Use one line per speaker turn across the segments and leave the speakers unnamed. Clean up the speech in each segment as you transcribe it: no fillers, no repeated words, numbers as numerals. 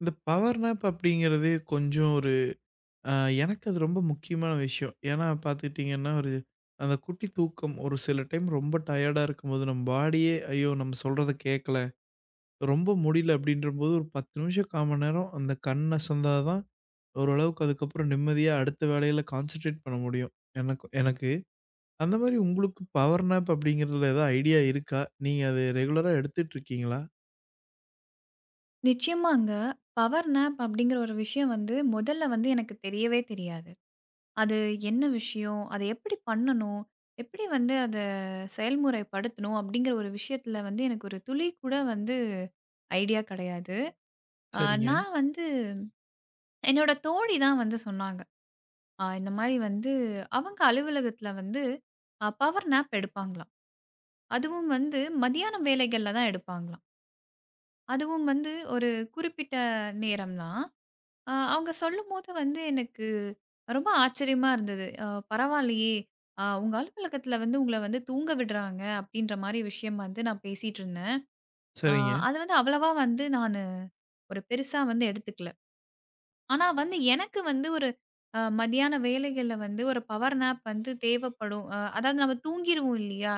இந்த power nap அப்படிங்கிறதே கொஞ்சம் ஒரு அ எனக்கு அது ரொம்ப முக்கியமான விஷயம். ஏன்னா பார்த்துக்கிட்டிங்கன்னா, ஒரு அந்த குட்டி தூக்கம் ஒரு சில டைம் ரொம்ப டயர்டா இருக்கும்போது, நம்ம பாடியே ஐயோ! நம்ம சொல்றத கேட்கல, ரொம்ப முடியல அப்படின்றபோது ஒரு 10 நிமிஷம், 1/4 மணி நேரம் அந்த கண் அசந்தா தான் ஓரளவுக்கு அதுக்கப்புறம் நிம்மதியா அடுத்த வேலையில கான்சன்ட்ரேட் பண்ண முடியும். எனக்கு எனக்கு. அந்த மாரி உங்களுக்கு பவர் நேப் அப்படிங்கிறதுல ஏதாவது ஐடியா இருக்கா? நீங்க அது ரெகுலரா எடுத்துட்டு இருக்கீங்களா?
நிச்சயமாங்க. பவர் நேப் அப்படிங்கிற ஒரு விஷயம் வந்து முதல்ல வந்து எனக்கு தெரியவே தெரியாது. அது என்ன விஷயம்? அத எப்படி பண்ணணும்? எப்படி வந்து அத செயல்முறைப்படுத்தணும்? அப்படிங்கிற ஒரு விஷயத்துல வந்து எனக்கு ஒரு துளி கூட வந்து ஐடியா கிடையாது. அ
சரிங்க,
நான் வந்து என்னோட தோழி தான் வந்து சொன்னாங்க. இந்த மாரி வந்து அவங்க அலுவலகத்துல வந்து பவர் நேப் எடுப்பாங்களாம். அதுவும் வந்து மதியானம் வேலைகள்ல தான் எடுப்பாங்களாம். அதுவும் வந்து ஒரு குறிப்பிட்ட நேரம் தான். அவங்க சொல்லும்போது வந்து எனக்கு ரொம்ப ஆச்சரியமா இருந்தது. பரவாயில்லையே! உங்க அலுவலகத்தில வந்து உங்கள வந்து தூங்க விடுறாங்க அப்டின்ற மாரி விஷயம் வந்து நான் பேசிட்டு இருந்தேன். அ
சரிங்க.
அது வந்து அவ்வளவா வந்து நானு ஒரு பெருசா வந்து எடுத்துக்கல. ஆனா வந்து எனக்கு வந்து ஒரு மதியான வேலைகள்ல வந்து ஒரு பவர் நேப் வந்து தேவைப்படும். அதாவது நம்ம தூங்கிருவோம் இல்லையா?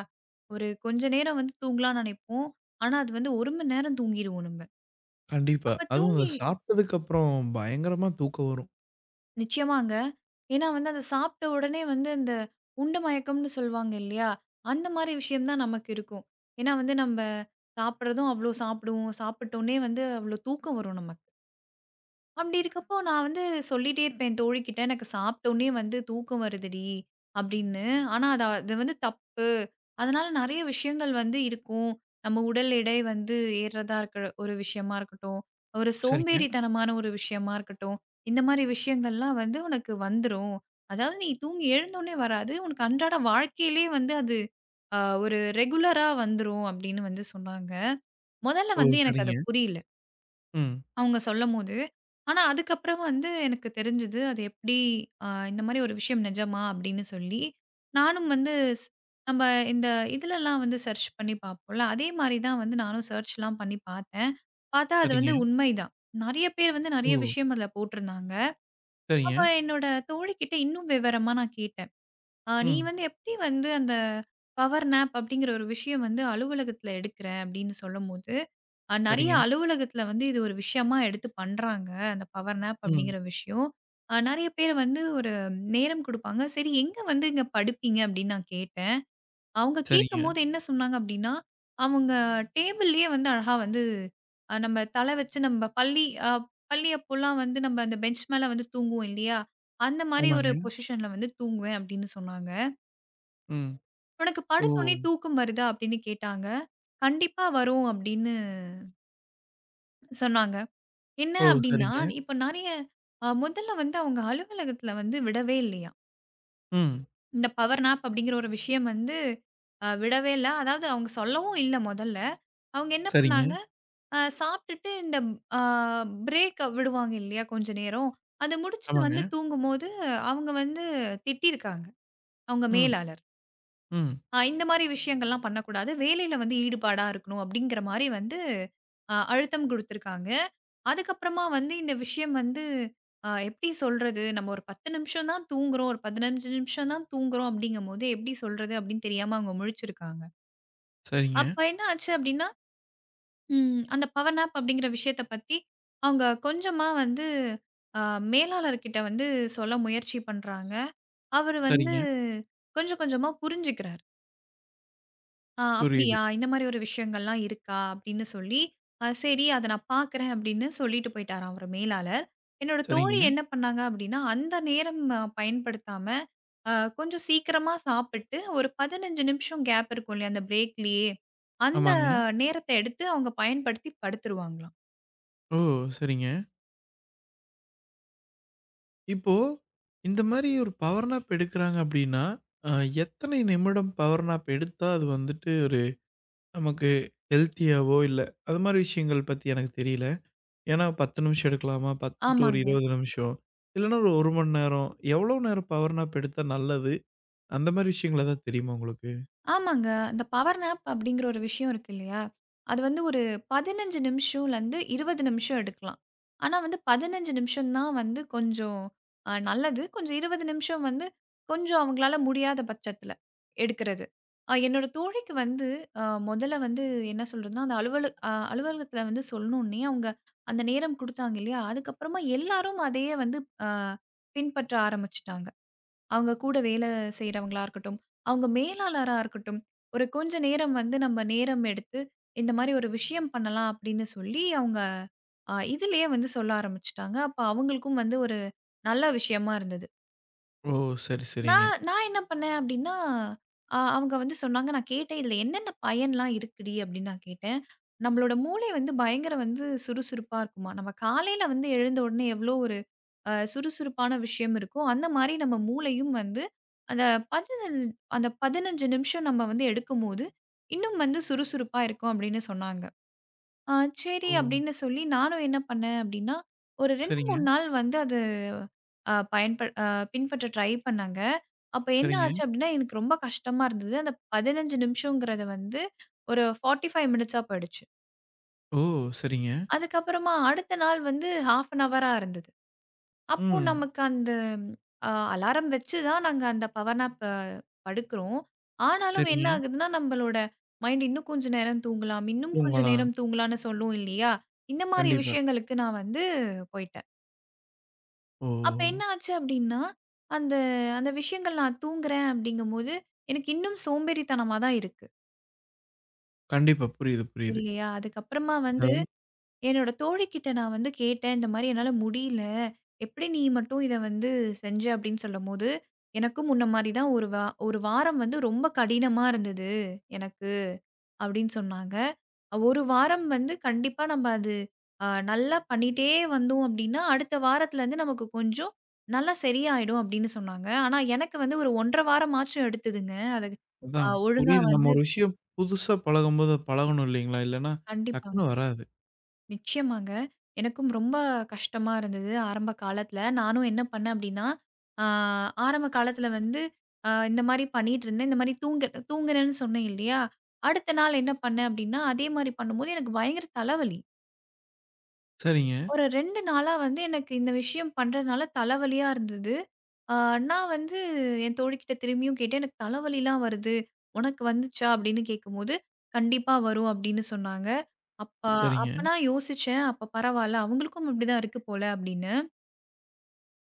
ஒரு கொஞ்ச நேரம் வந்து தூங்கலாம்னு நெனைப்போம். ஆனா அது வந்து 1 மணி நேரம் தூங்கிருவோம் நம்ம.
கண்டிப்பா.
அப்ப
அதுவும் அத
தூங்கி
சாப்பிட்டதுக்கு அப்புறம் பயங்கரமா தூக்கம் வரும்.
நிச்சயமாங்க. ஏன்னா வந்து அத சாப்பிட்ட உடனே வந்து அந்த உண்ட மயக்கம்னு சொல்லுவாங்க இல்லையா? அந்த மாரி விஷயம் தான் நமக்கு இருக்கும். ஏன்னா வந்து நம்ப சாப்பிடுறதும் அவ்ளோ சாப்பிடுவோம். சாப்பிட்டோனே வந்து அவ்ளோ தூக்கம் வரும் நமக்கு. அப்படி இருக்கப்போ, நான் வந்து சொல்லிட்டே இருப்பேன் என் தோழிகிட்ட, "எனக்கு சாப்பிட்டோனே வந்து தூக்கம் வருதுடி" அப்படின்னு. ஆனா, அது அது வந்து தப்பு. அதனால நெறைய விஷயங்கள் வந்து இருக்கும். நம்ம உடல் எடை வந்து ஏறுறதா இருக்கிற ஒரு விஷயமா இருக்கட்டும், ஒரு
சரிங்க.
சோம்பேறித்தனமான ஒரு விஷயமா இருக்கட்டும், இந்த மாரி விஷயங்கள்லாம் வந்து உனக்கு வந்துரும். அதாவது நீ தூங்கி எழுந்தோனே வராது. உனக்கு அன்றாட வாழ்க்கையிலேயே வந்து அது அ ஒரு ரெகுலரா வந்துரும் அப்படின்னு வந்து சொன்னாங்க. முதல்ல
ஓ!
வந்து எனக்கு அது
சரிங்க.
புரியல.
ம்.
அவங்க சொல்லம்போது. ஆனா, அதுக்கப்புறம் வந்து எனக்கு தெரிஞ்சது. அது எப்படி இந்த மாரி ஒரு விஷயம் நிஜமா? அப்படின்னு சொல்லி, நானும் வந்து ஸ் நம்ம இந்த இதுலலாம் வந்து சர்ச் பண்ணி பார்ப்போம்ல. அதே மாரி தான் வந்து நானும் சர்ச்லாம் பண்ணி பார்த்தேன். பார்த்தா அது
சரிங்க.
வந்து உண்மைதான். நெறைய பேர் வந்து
ஓ!
நெறைய விஷயம் அதுல போட்டிருந்தாங்க.
சரிங்க.
அப்ப என்னோட தோழிகிட்ட இன்னும் விவரமா நான் கேட்டேன். நீ
ம்.
வந்து எப்படி வந்து அந்த பவர் நேப் அப்படிங்கிற ஒரு விஷயம் வந்து அலுவலகத்துல எடுக்குற?" அப்படின்னு சொல்லும்போது நெறைய
சரிங்க.
அலுவலகத்தில வந்து இது ஒரு விஷயமா எடுத்து பண்றாங்க. அந்த பவர் நேப்
ம்.
அப்படிங்கிற விஷயம். நெறைய பேர் வந்து ஒரு நேரம் குடுப்பாங்க. சரி எங்க வந்து இங்க படுப்பீங்க அப்படின்னு நான் கேட்டேன். அவங்க
சரிங்க.
கேட்கும்போது என்ன சொன்னாங்க அப்படின்னா, அவங்க டேபிள்லயே வந்து அழகா வந்து நம்ம தலை வச்சு நம்ம பள்ளி பள்ளி அப்போலாம் வந்து நம்ம அந்த பெஞ்ச் மேல வந்து தூங்குவோம் இல்லையா? அந்த மாரி ஒரு
ஆமாங்க.
பொசிஷன்ல வந்து தூங்குவேன் அப்படின்னு சொன்னாங்க.
ம்.
"உனக்கு
ஓ!
படுத்தோனே தூக்கம் வருதா?" அப்படின்னு கேட்டாங்க. "கண்டிப்பா வரும்" அப்படின்னு சொன்னாங்க. என்ன
ஓ!
அப்டின்னா,
சரிங்க.
இப்ப நெறைய முதல்ல வந்து அவங்க அலுவலகத்துல வந்து விடவே இல்லையாம்.
ம்.
இந்த பவர் நாப் அப்படிங்கிற ஒரு விஷயம் வந்து விடவே இல்ல. அதாவது அவங்க சொல்லவும் இல்ல முதல்ல. அவங்க என்ன
சரிங்க.
பண்ணாங்க, சாப்ட்டுட்டு இந்த அ பிரேக் விடுவாங்க இல்லையா கொஞ்ச நேரம். அத முடிச்சுட்டு
ஆமாங்க.
வந்து தூங்கும்போது அவங்க வந்து திட்டியிருக்காங்க. அவங்க
ம்.
மேலாளர்.
ம்.
இந்த மாரி விஷயங்கள்லாம் பண்ணக்கூடாது. வேலையில வந்து ஈடுபாடா இருக்கணும் அப்படிங்கிற மாரி வந்து அழுத்தம் குடுத்துருக்காங்க. அதுக்கப்புறமா வந்து இந்த விஷயம் வந்து எப்படி சொல்றது? நம்ம ஒரு 10 நிமிஷம் தான் தூங்குறோம். ஒரு 15 நிமிஷம் தான் தூங்குறோம் அப்படிங்கும்போது எப்படி சொல்றது அப்படின்னு தெரியாம அவங்க முழிச்சிருக்காங்க.
சரிங்க.
அப்ப என்ன ஆச்சு அப்படின்னா, அந்த பவர் நேப் அப்படிங்கிற விஷயத்த பத்தி அவங்க கொஞ்சமா வந்து அ மேலாளர்கிட்ட வந்து சொல்ல முயற்சி பண்றாங்க. அவரு வந்து
சரிங்க.
கொஞ்சம் கொஞ்சமா புரிஞ்சுக்கிறாரு. ஆ
புரியுது.
அப்படியா! இந்த மாரி ஒரு விஷயங்கள்லாம் இருக்கா? அப்படின்னு சொல்லி, சரி அத நான் பார்க்குறேன் அப்படின்னு சொல்லிட்டு போயிட்டாராம் அவரு மேலாளர். என்னோட தோழி
சரிங்க.
என்ன பண்ணாங்க அப்படின்னா, அந்த நேரம் பயன்படுத்தாம, அ கொஞ்சம் சீக்கிரமா சாப்பிட்டு, ஒரு 15 நிமிஷம் கேப் இருக்கும் இல்லையா? அந்த பிரேக்லயே, அந்த
ஆமாங்க.
நேரத்த எடுத்து அவங்க பயன்படுத்தி படுத்துருவாங்களாம்.
ஓ! சரிங்க. இப்போ இந்த மாரி ஒரு பவர் நாப் எடுக்குறாங்க அப்டின்னா, அ எத்தனை நிமிடம் பவர் நாப் எடுத்தா அது வந்துட்டு ஒரு நமக்கு ஹெல்த்தியாவோ இல்ல, அது மாரி விஷயங்கள் பத்தி எனக்கு தெரியல. ஏன்னா 10 நிமிஷம் எடுக்கலாமா? 10 டூ ஒரு
ஆமாங்க.
20 நிமிஷம். இல்லன்னா ஒரு 1 மணி நேரம். எவ்வளோ நேரம் பவர் நாப் எடுத்தா நல்லது? அந்த மாரி விஷயங்கள் ஏதாவது தெரியுமா உங்களுக்கு?
ஆமாங்க. இந்த பவர் நேப் அப்படிங்கிற ஒரு விஷயம் இருக்கு இல்லையா? அது வந்து ஒரு 15 நிமிஷம்லருந்து 20 நிமிஷம் எடுக்கலாம். ஆனா வந்து 15 நிமிஷம் தான் வந்து கொஞ்சம் நல்லது. கொஞ்சம் 20 நிமிஷம் வந்து கொஞ்சம் அவங்களால முடியாத பட்சத்தில எடுக்கிறது. என்னோட தோழிக்கு வந்து அ முதல்ல வந்து என்ன சொல்றதுன்னா, அந்த அலுவலகத்தில வந்து சொன்னோனே அவங்க அந்த நேரம் குடுத்தாங்க இல்லையா? அதுக்கப்புறமா எல்லாரும் அதையே வந்து அ பின்பற்ற ஆரம்பிச்சுட்டாங்க. அவங்க கூட வேலை செய்றவங்களா இருக்கட்டும், அவங்க மேலாளரா இருக்கட்டும், ஒரு கொஞ்ச நேரம் வந்து நம்ம நேரம் எடுத்து, இந்த மாரி ஒரு விஷயம் பண்ணலாம் அப்படின்னு சொல்லி அவங்க இதிலேயே வந்து சொல்ல ஆரம்பிச்சுட்டாங்க. அப்ப அவங்களுக்கும் வந்து ஒரு நல்ல விஷயமா இருந்தது.
ஓ! சரி, சரிங்க.
நான் நான் என்ன பண்ணேன் அப்படின்னா, அவங்க வந்து சொன்னாங்க. நான் கேட்டேன், "இதுல என்னென்ன பயன்லாம் இருக்குடி?" அப்படின்னு நான் கேட்டேன். "நம்மளோட மூளை வந்து பயங்கர வந்து சுறுசுறுப்பா இருக்குமா. நம்ம காலையில வந்து எழுந்த உடனே எவ்வளோ ஒரு" சுறுசுறுப்பான விஷயம் இருக்கும். அந்த மாரி நம்ம மூளையும் வந்து அந்த 15 அந்த 15 நிமிஷம் நம்ம வந்து எடுக்கும்போது, இன்னும் வந்து சுறுசுறுப்பா இருக்கும் அப்படின்னு சொன்னாங்க. அ
ஓ!
சரி அப்படின்னு சொல்லி நானும் என்ன பண்ணேன் அப்படின்னா, ஒரு 2,
சரிங்க,
3 நாள் வந்து அது அ பயன்ப அ பின்பற்ற ட்ரை பண்ணேங்க. அப்ப என்ன
சரிங்க.
ஆச்சு அப்படின்னா, எனக்கு ரொம்ப கஷ்டமா இருந்தது. அந்த 15 நிமிஷங்கிறது வந்து ஒரு 45 மினிட்ஸா போயிடுச்சு.
ஓ! சரிங்க.
அதுக்கப்புறமா அடுத்த நாள் வந்து 1/2 அன் ஹவரா இருந்தது. அப்போ
ம்.
நமக்கு அந்த அலாரம் வச்சு தான் நாங்க அந்த பவர் நாப் படுக்குறோம். ஆனாலும் என்ன
சரிங்க.
ஆகுதுன்னா, நம்பளோட மைண்ட் இன்னும் கொஞ்ச நேரம் தூங்கலாம், இன்னும் கொஞ்ச
தூங்கலாம்.
நேரம் தூங்கலாம்ன்னு சொல்லும் இல்லையா? இந்த மாரி
கண்டிப்பா.
விஷயங்களுக்கு நான் வந்து போயிட்டேன்.
ஓ!
அப்ப என்ன ஆச்சு அப்டின்னா, அந்த அந்த விஷயங்கள் நான் தூங்குறேன் அப்டிங்கும்போது, எனக்கு இன்னும் சோம்பேறித்தனமா தான் இருக்கு.
கண்டிப்பா. புரியுது.
இல்லையா? அதுக்கப்புறமா
அது
வந்து
வந்து
என்னோட தோழிக்கிட்ட நான் வந்து கேட்டேன். இந்த மாரி என்னால முடியல. எப்படி நீ மட்டும் இத வந்து செஞ்ச? அப்படின்னு சொல்லும்போது, எனக்கும் முன்ன மாரி தான் ஒரு வாரம் வந்து ரொம்ப கடினமா இருந்தது எனக்கு அப்படின்னு சொன்னாங்க. ஒரு வாரம் வந்து கண்டிப்பா நம்ம அது நல்லா பண்ணிட்டே வந்தோம் அப்படின்னா, அடுத்த வாரத்துலருந்து நமக்கு கொஞ்சம் நல்லா சரியாயிடும் அப்படின்னு சொன்னாங்க. ஆனா எனக்கு வந்து ஒரு 1 1/2 வாரமாச்சும் எடுத்ததுங்க. அது
அதான்
ஒழுங்கா
புரியுது.
வந்து
நம்ம ஒரு விஷயம் புதுசா பழகும்போது, அது பழகணும் இல்லைங்களா? இல்லன்னா
கண்டிப்பாங்க.
டக்குன்னு வராது.
நிச்சயமாங்க. எனக்கும் ரொம்ப கஷ்டமா இருந்தது ஆரம்ப காலத்தில. நானும் என்ன பண்ணேன் அப்டின்னா, ஆ ஆரம்ப காலத்தில வந்து இந்த மாரி பண்ணிட்டுருந்தேன். இந்த மாரி தூங்குனேன்னு சொன்னேன் இல்லையா? அடுத்த நாள் என்ன பண்ணேன் அப்டின்னா, அதே மாரி பண்ணும்போது எனக்கு பயங்கர தலைவலி.
சரிங்க,
ஒரு 2 நாளா வந்து எனக்கு இந்த விஷயம் பண்றதுனால தலைவலியா இருந்தது. ஆ நான் வந்து என் தோழிக்கிட்ட திரும்பியும் கேட்டேன். "எனக்கு தலைவலிலாம் வருது. உனக்கு வந்துச்சா?" அப்படின்னு கேட்கும்போது, "கண்டிப்பா வரும்" அப்படின்னு சொன்னாங்க. அப்ப ம்.
சரிங்க,
அப்ப நான் யோசிச்சேன். அப்ப பரவால்ல அவங்களுக்கும் இப்படிதான் இருக்கு போல அப்படின்னு.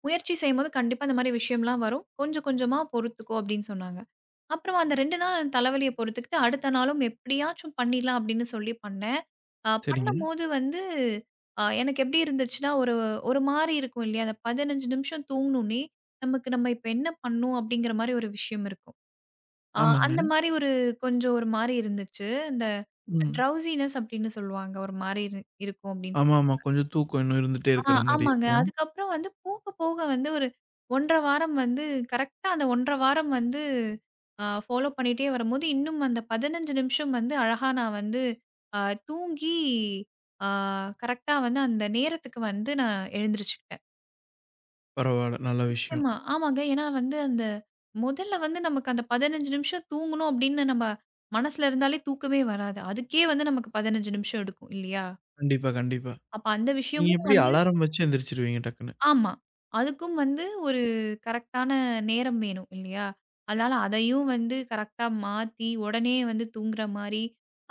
முயற்சி செய்யும்போது கண்டிப்பா இந்த மாரி விஷயம்லாம் வரும். கொஞ்சம் கொஞ்சமா பொறுத்துக்கோ அப்படின்னு சொன்னாங்க. அப்புறம் அந்த 2 நாள் தலைவலிய பொறுத்துக்கிட்டு, அடுத்த நாளும் எப்படியாச்சும் பண்ணிடலாம் அப்படின்னு சொல்லி பண்ணேன்.
சரிங்க.
பண்ணும்போது வந்து எனக்கு எப்படி இருந்துச்சுன்னா, ஒரு ஒரு மாரி இருக்கும் இல்லையா? அந்த 15 நிமிஷம் தூங்குனோனே, நமக்கு நம்ம இப்ப என்ன பண்ணணும்? அப்படிங்கிற மாரி ஒரு விஷயம் இருக்கும். அ
ஆமாங்க.
அந்த மாரி ஒரு கொஞ்சம் ஒரு மாரி இருந்துச்சு. இந்த
ம்.
ட்ரவுசினஸ் அப்படின்னு சொல்லுவாங்க. ஒரு மாரி இருக்கும் அப்படின்னு
ஆமாமா. கொஞ்சம் தூக்கம் இன்னும் இருந்துட்டே இருக்கிற மாரி
ஆமாங்க.
இருக்கும்.
அதுக்கப்புறம் வந்து போக, போக வந்து ஒரு 1 1/2 வாரம் வந்து கரெக்ட்டா அந்த 1 1/2 வாரம் வந்து ஃபாலோ பண்ணிட்டே வரும்போது, இன்னும் அந்த 15 நிமிஷம் வந்து அழகா நான் வந்து அ தூங்கி அ கரெக்ட்டா வந்து அந்த நேரத்துக்கு வந்து நான் எழுந்திரிச்சுக்கிட்டேன்.
பரவால்ல. நல்ல விஷயம்.
நிச்சயமா. ஆமாங்க. ஏன்னா வந்து அந்த முதல்ல வந்து நமக்கு அந்த 15 நிமிஷம் தூங்கணும் அப்படின்னு நம்ம மனசுல இருந்தாலே தூக்கமே வராது. அதுக்கே வந்து நமக்கு 15 நிமிஷம் எடுக்கும் இல்லையா?
கண்டிப்பா.
அப்ப அந்த
நீங்க
விஷயமும்
எப்படி
வந்து
அலாரம் வச்சு எந்திரிச்சுருவீங்க டக்குன்னு?
ஆமா. அதுக்கும் வந்து ஒரு கரெக்ட்டான நேரம் வேணும் இல்லையா? அதனால அதையும் வந்து கரெக்ட்டா மாத்தி, உடனே வந்து தூங்குற மாரி.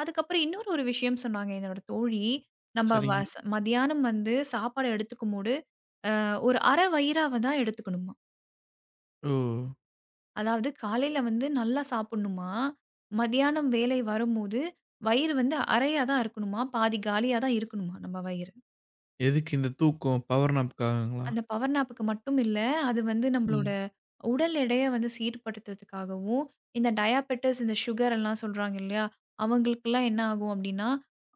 அதுக்கப்புறம் இன்னொரு ஒரு விஷயம் சொன்னாங்க என்னோட தோழி. நம்ம
சரிங்க.
வஸ் மதியானம் வந்து சாப்பாடு எடுத்துக்கும்போது, ஒரு அரை வயிறாவ தான் எடுத்துக்கணுமா.
ஓ!
அதாவது காலையில வந்து நல்லா சாப்புட்ணுமா. மதியானம் வேலை வரும்போது, வயிறு வந்து அறையா தான் இருக்கணுமா. பாதி காலியா தான் இருக்கணுமா நம்ம வயிறு.
எதுக்கு இந்த தூக்கம்? பவர் நாப்காகங்களா?
அந்த பவர் நாப்புக்கு மட்டும் இல்ல. அது வந்து நம்மளோட
ம்.
உடல் எடைய வந்து சீர்படுத்துறதுக்காகவும், இந்த டயாபெட்டிஸ் இந்த சுகர் எல்லாம் சொல்றாங்க இல்லையா? அவங்களுக்கெல்லாம் என்ன ஆகும் அப்டின்னா,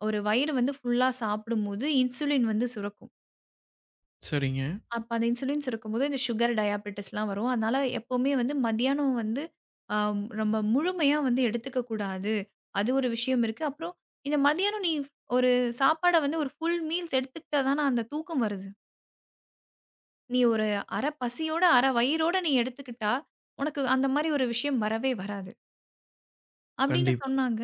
ஒரு வயிறு வந்து ஃபுல்லா சாப்பிடும்போது இன்சுலின் வந்து சுரக்கும்.
சரிங்க.
அப்ப அந்த இன்சுலின் சுரக்கும்போது இந்த சுகர், டயாபெட்டிஸ்லாம் வரும். அதனால எப்பவுமே வந்து மதியானம் வந்து அ நம்ம முழுமையா வந்து எடுத்துக்க கூடாது. அது ஒரு விஷயம் இருக்கு. அப்புறம் இந்த மதியானம் நீ ஒரு சாப்பாட வந்து ஒரு ஃபுல் மீல்ஸ் எடுத்துக்கிட்டா தான அந்த தூக்கம் வருது. நீ ஒரு அரை பசியோட, அரை வயிறோட நீ எடுத்துக்கிட்டா, உனக்கு அந்த மாரி ஒரு விஷயம் வரவே வராது. அப்படின்னு
கண்டிப்பா.
சொன்னாங்க.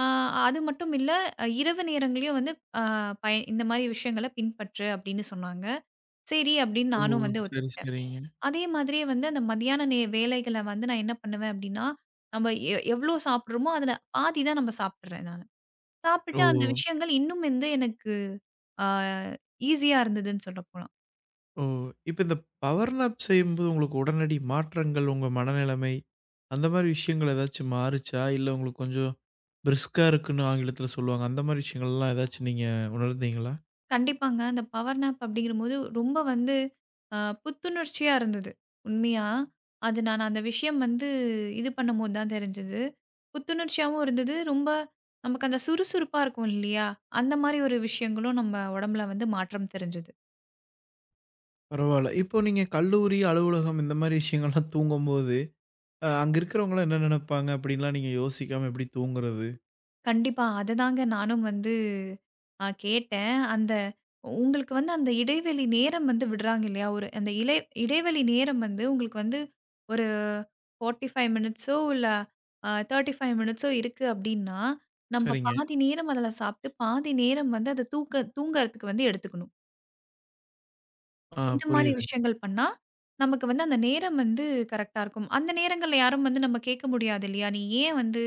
ஆ அது மட்டும் இல்ல, இரவு நேரங்கள்லயும் வந்து அ பய இந்த மாரி விஷயங்கள பின்பற்று அப்படின்னு சொன்னாங்க. சரி அப்படின்னு
ஓ!
நானும் வந்து
சரி,
ஒத்துக்கிட்டேன்.
சரிங்க.
அதே மாதிரியே வந்து அந்த மதியான நே வேலைகள வந்து நான் என்ன பண்ணுவேன் அப்படின்னா, நம்ம எவ்ளோ சாப்பிடுறோமோ அதுல பாதி தான் நம்ம சாப்பிடுறேன் நானு. சாப்பிட்டு
ஓ!
அந்த விஷயங்கள் இன்னும் வந்து எனக்கு ஆ ஈஸியா இருந்ததுன்னு சொல்லப்போலாம்.
ஓ! இப்ப இந்த பவர் நாப் செய்யும்போது உங்களுக்கு உடனடி மாற்றங்கள், உங்க மனநிலைமை, அந்த மாரி விஷயங்கள் ஏதாச்சும் மாறுச்சா? இல்ல உங்களுக்கு கொஞ்சம் பிரிஸ்கா இருக்குன்னு ஆங்கிலத்தில சொல்லுவாங்க. அந்த மாரி விஷயங்கள்லாம் ஏதாச்சும் நீங்க உணர்ந்தீங்களா?
கண்டிப்பாங்க. அந்த பவர் நேப் அப்படிங்கிறபோது ரொம்ப வந்து அ புத்துணர்ச்சியா இருந்தது. உண்மையா. அது நான் அந்த விஷயம் வந்து இது பண்ணும்போது தான் தெரிஞ்சது. புத்துணர்ச்சியாவும் இருந்தது. ரொம்ப நமக்கு அந்த சுறுசுறுப்பா இருக்கும் இல்லையா? அந்த மாரி ஒரு விஷயங்களும் நம்ம உடம்புல வந்து மாற்றம் தெரிஞ்சது.
பரவால்ல. இப்போ நீங்க கல்லூரி, அலுவலகம் இந்த மாரி விஷயங்கள்லாம் தூங்கும்போது, அங்க இருக்கிறவங்கலாம் என்ன நெனப்பாங்க அப்படின்லாம் நீங்க யோசிக்காம எப்படி தூங்குறது?
கண்டிப்பா. அததாங்க நானும் வந்து கேட்டேன். அந்த உங்களுக்கு வந்து அந்த இடைவெளி நேரம் வந்து விடுறாங்க இல்லையா? ஒரு அந்த இலை இடைவெளி நேரம் வந்து உங்களுக்கு வந்து ஒரு 45 மினிட்ஸோ இல்ல 35 மினிட்ஸோ இருக்கு அப்டின்னா, நம்ம
சரிங்க.
பாதி நேரம் அதுல சாப்ட்டு, பாதி நேரம் வந்து அத தூங்கறதுக்கு வந்து எடுத்துக்கணும்.
ஆ
இந்த மாரி
புரியுதுங்க.
விஷயங்கள் பண்ணா, நமக்கு வந்து அந்த நேரம் வந்து கரெக்ட்டா இருக்கும். அந்த நேரங்கள்ல யாரும் வந்து நம்ம கேட்க முடியாது இல்லையா? "நீ ஏன் வந்து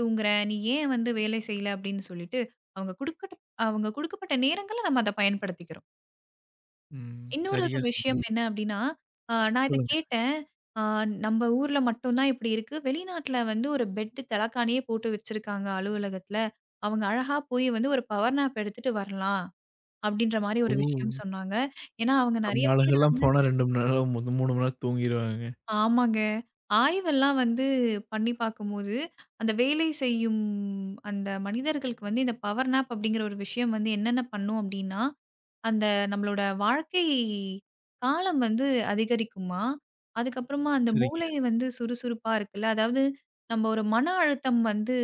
தூங்குற? நீ ஏன் வந்து வேலை செய்யல?" அப்படின்னு சொல்லிட்டு, அவங்க குடுக்கட்ட அவங்க குடுக்கப்பட்ட நேரங்கள்ல நம்ம அத பயன்படுத்திக்கிறோம்.
ம்.
இன்னொரு ஒரு
சரியா
விஷயம்
சொன்னீங்க.
என்ன அப்படின்னா, நான் இத
சொல்லுங்க.
கேட்டேன். அ "நம்ப ஊர்ல மட்டும் தான் இப்படி இருக்கு. வெளிநாட்ல வந்து ஒரு பெட்டு தலகாணியே போட்டு வச்சிருக்காங்க அலுவலகத்துல. அவங்க அழகா போய் வந்து ஒரு பவர் நேப் எடுத்துட்டு வரலாம்." அப்படின்ற மாரி
ஓ!
ஒரு விஷயம் சொன்னாங்க. ஏன்னா, அவங்க நெறைய
நம்ம
பேர்
ஆளுங்கலாம்
வந்து
போனா 2 மணி நேரம், 3 மணி நேரம் தூங்கிருவாங்கங்க.
ஆமாங்க. ஆய்வெல்லாம் வந்து பண்ணி பார்க்கும்போது, அந்த வேலை செய்யும் அந்த மனிதர்களுக்கு வந்து இந்த பவர் நேப் அப்படிங்கிற ஒரு விஷயம் வந்து என்னென்ன பண்ணும் அப்படின்னா, அந்த நம்மளோட வாழ்க்கை காலம் வந்து அதிகரிக்குமாம். அதுக்கப்புறமா அந்த
சரிங்க.
மூளை வந்து சுறுசுறுப்பா இருக்குல்ல, அதாவது நம்ம ஒரு மன அழுத்தம் வந்து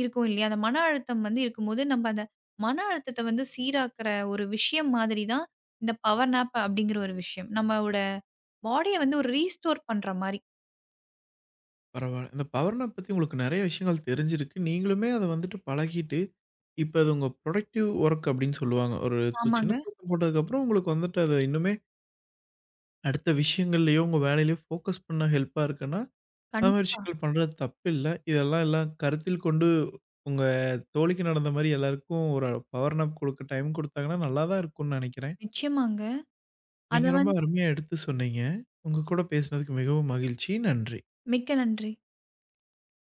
இருக்கும் இல்லையா? அந்த மன அழுத்தம் வந்து இருக்கும்போது, நம்ம அந்த மன அழுத்தத்த வந்து சீராக்குற ஒரு விஷயம் மாதிரி தான் இந்த பவர் நேப் அப்படிங்கிற ஒரு விஷயம். நம்மோட பாடிய வந்து ஒரு ரீஸ்டோர் பண்ற மாரி.
பரவால்ல. இந்த பவர் நாப் பத்தி உங்களுக்கு நெறைய விஷயங்கள் தெரிஞ்சிருக்கு. நீங்களுமே அத வந்துட்டு பழகிட்டு, இப்ப அது உங்க ப்ரொடக்டிவ் ஒர்க் அப்படின்னு சொல்லுவாங்க. ஒரு
ஆமாங்க.
சின்ன தூக்கம் போட்டதுக்கப்புறம் உங்களுக்கு வந்துட்டு அது இன்னுமே அடுத்த விஷயங்கள்லயோ, உங்க வேலையிலயோ ஃபோக்கஸ் பண்ண ஹெல்ப்பா இருக்குன்னா அந்த மாரி
கண்டிப்பா.
விஷயங்கள் பண்றது தப்பில்ல. இதெல்லாம் கருத்தில் கொண்டு உங்க தோழிக்கு நடந்த மாரி எல்லாருக்கும் ஒரு பவர் நாப் குடுக்க டைம் குடுத்தாங்கன்னா, நல்லா தான் இருக்கும்னு நெனைக்கிறேன்.
நிச்சயமாங்க. அத
நீங்க ரொம்ப
வந்து
அருமையா எடுத்து சொன்னீங்க. உங்க கூட பேசினதுக்கு மிகவும் மகிழ்ச்சி. நன்றி.
மிக்க நன்றி.